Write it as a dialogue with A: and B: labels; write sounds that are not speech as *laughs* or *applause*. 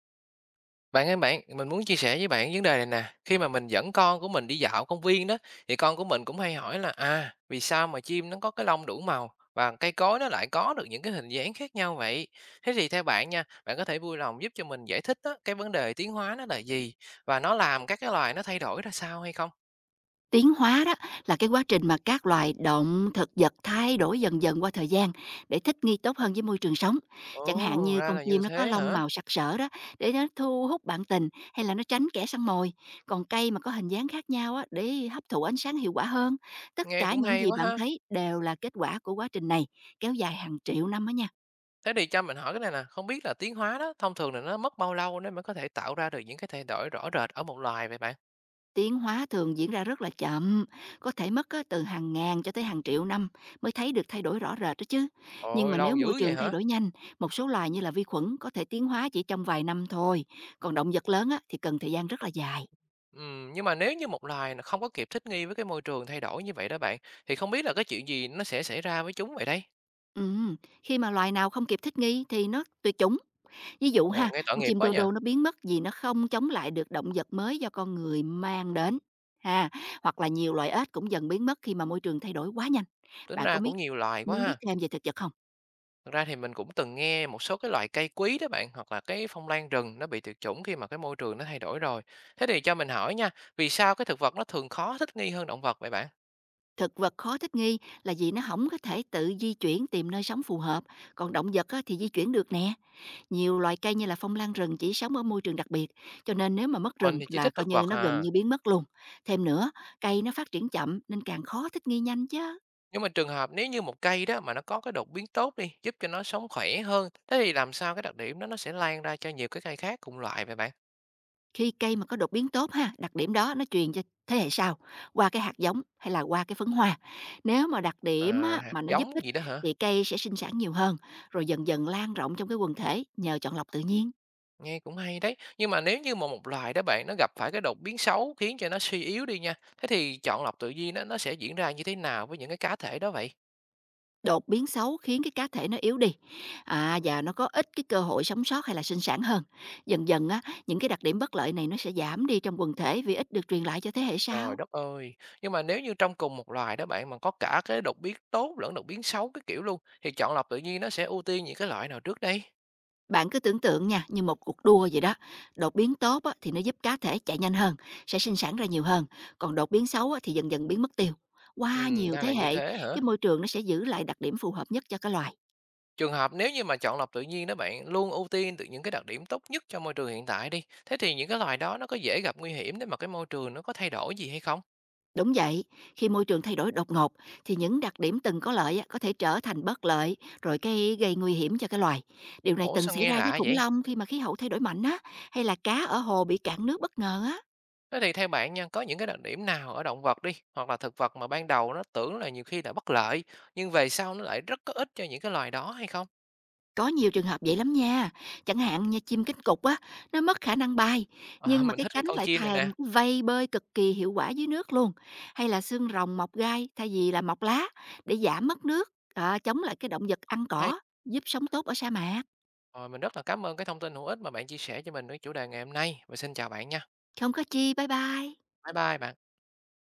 A: Bạn ơi bạn, mình muốn chia sẻ với bạn vấn đề này nè. Khi mà mình dẫn con của mình đi dạo công viên đó, thì con của mình cũng hay hỏi là à, vì sao mà chim nó có cái lông đủ màu và cây cối nó lại có được những cái hình dáng khác nhau vậy? Thế thì theo bạn nha, bạn có thể vui lòng giúp cho mình giải thích đó, cái vấn đề tiến hóa nó là gì và nó làm các cái loài nó thay đổi ra sao hay không?
B: Tiến hóa đó là cái quá trình mà các loài động thực vật thay đổi dần dần qua thời gian để thích nghi tốt hơn với môi trường sống. Chẳng hạn
A: Ồ,
B: như
A: ra
B: con
A: là
B: chim
A: như
B: nó có
A: thế
B: lông
A: hả?
B: màu sặc sỡ đó để nó thu hút bạn tình hay là nó tránh kẻ săn mồi. Còn cây mà có hình dáng khác nhau á, để hấp thụ ánh sáng hiệu quả hơn. Tất
A: Nghe
B: cả
A: cũng
B: những
A: hay
B: gì
A: quá
B: bạn
A: ha.
B: thấy đều là kết quả của quá trình này, kéo dài hàng triệu năm đó nha.
A: Thế thì cho mình hỏi cái này nè, không biết là tiến hóa đó, thông thường là nó mất bao lâu để mới có thể tạo ra được những cái thay đổi rõ rệt ở một loài vậy bạn?
B: Tiến hóa thường diễn ra rất là chậm, có thể mất á, từ hàng ngàn cho tới hàng triệu năm mới thấy được thay đổi rõ rệt đó chứ. Nhưng
A: Ôi,
B: mà nếu
A: lâu dữ
B: môi
A: vậy
B: trường thay
A: hả?
B: đổi nhanh, một số loài như là vi khuẩn có thể tiến hóa chỉ trong vài năm thôi, còn động vật lớn á, thì cần thời gian rất là dài.
A: Nhưng mà nếu như một loài nó không có kịp thích nghi với cái môi trường thay đổi như vậy đó bạn, thì không biết là cái chuyện gì nó sẽ xảy ra với chúng vậy đây?
B: Ừm, khi mà loài nào không kịp thích nghi thì nó tuyệt chủng. Ví dụ ha,
A: Ồ, nghe tội
B: con
A: nghiệp
B: chim
A: quá
B: đô
A: nhỉ,
B: đô nó biến mất vì nó không chống lại được động vật mới do con người mang đến. Ha, hoặc là nhiều loài ếch cũng dần biến mất khi mà môi trường thay đổi quá nhanh.
A: tính
B: Bạn có
A: ra
B: biết
A: cũng nhiều loài quá
B: muốn biết
A: ha.
B: thêm về thực vật không?
A: Thật ra thì mình cũng từng nghe một số cái loại cây quý đó bạn, hoặc là cái phong lan rừng nó bị tuyệt chủng khi mà cái môi trường nó thay đổi rồi. Thế thì cho mình hỏi nha, vì sao cái thực vật nó thường khó thích nghi hơn động vật vậy bạn?
B: Thực vật khó thích nghi là vì nó không có thể tự di chuyển tìm nơi sống phù hợp, còn động vật á, thì di chuyển được nè. Nhiều loài cây như là phong lan rừng chỉ sống ở môi trường đặc biệt, cho nên nếu mà mất
A: Mình
B: rừng
A: thì chỉ
B: là
A: thích
B: coi
A: thực vật
B: như nó gần
A: à.
B: như biến mất luôn. Thêm nữa, cây nó phát triển chậm nên càng khó thích nghi nhanh chứ.
A: Nhưng mà trường hợp nếu như một cây đó mà nó có cái đột biến tốt đi, giúp cho nó sống khỏe hơn, thế thì làm sao cái đặc điểm đó nó sẽ lan ra cho nhiều cái cây khác cùng loại vậy bạn?
B: Khi cây mà có đột biến tốt ha, đặc điểm đó nó truyền cho thế hệ sau qua cái hạt giống hay là qua cái phấn hoa. Nếu mà đặc điểm
A: À,
B: á,
A: hạt
B: mà nó giúp
A: giống
B: ích
A: gì đó hả?
B: thì cây sẽ sinh sản nhiều hơn, rồi dần dần lan rộng trong cái quần thể nhờ chọn lọc tự nhiên.
A: Nghe cũng hay đấy. Nhưng mà nếu như mà một loài đó bạn nó gặp phải cái đột biến xấu khiến cho nó suy yếu đi nha. Thế thì chọn lọc tự nhiên nó sẽ diễn ra như thế nào với những cái cá thể đó vậy?
B: Đột biến xấu khiến cái cá thể nó yếu đi, à, và nó có ít cái cơ hội sống sót hay là sinh sản hơn. Dần dần á, những cái đặc điểm bất lợi này nó sẽ giảm đi trong quần thể vì ít được truyền lại cho thế hệ
A: Trời
B: sau.
A: đất ơi. Nhưng mà nếu như trong cùng một loài đó bạn mà có cả cái đột biến tốt lẫn đột biến xấu cái kiểu luôn thì chọn lọc tự nhiên nó sẽ ưu tiên những cái loại nào trước đây?
B: Bạn cứ tưởng tượng nha, như một cuộc đua vậy đó. Đột biến tốt á, thì nó giúp cá thể chạy nhanh hơn, sẽ sinh sản ra nhiều hơn. Còn đột biến xấu á, thì dần dần biến mất tiêu.
A: Ừ,
B: Qua nhiều
A: ra
B: thế
A: là như
B: hệ,
A: thế hả?
B: cái môi trường nó sẽ giữ lại đặc điểm phù hợp nhất cho cái loài.
A: Trường hợp nếu như mà chọn lọc tự nhiên đó bạn luôn ưu tiên từ những cái đặc điểm tốt nhất cho môi trường hiện tại đi. Thế thì những cái loài đó nó có dễ gặp nguy hiểm nếu mà cái môi trường nó có thay đổi gì hay không?
B: Đúng vậy, khi môi trường thay đổi đột ngột thì những đặc điểm từng có lợi á, có thể trở thành bất lợi, rồi cái gây nguy hiểm cho cái loài. Điều này
A: Ủa
B: từng
A: sao
B: xảy
A: nghe
B: ra với
A: lạ
B: khủng
A: vậy?
B: long khi mà khí hậu thay đổi mạnh á, hay là cá ở hồ bị cạn nước bất ngờ á.
A: Thế thì theo bạn nha, có những cái đặc điểm nào ở động vật đi, hoặc là thực vật mà ban đầu nó tưởng là nhiều khi là bất lợi, nhưng về sau nó lại rất có ích cho những cái loài đó hay không? *laughs*
B: Có nhiều trường hợp vậy lắm nha. Chẳng hạn như chim cánh cụt á, nó mất khả năng bay,
A: Ờ,
B: nhưng mà
A: mình
B: cái
A: thích cái
B: cánh
A: con
B: lại
A: chim này nè.
B: thành cái vây bơi cực kỳ hiệu quả dưới nước luôn. Hay là xương rồng mọc gai thay vì là mọc lá để giảm mất nước, à, chống lại cái động vật ăn
A: Hay.
B: cỏ, giúp sống tốt ở sa mạc.
A: Rồi mình rất là cảm ơn cái thông tin hữu ích mà bạn chia sẻ cho mình với chủ đề ngày hôm nay. Và xin chào bạn nha.
B: Không có chi, bye bye.
A: Bye bye bạn.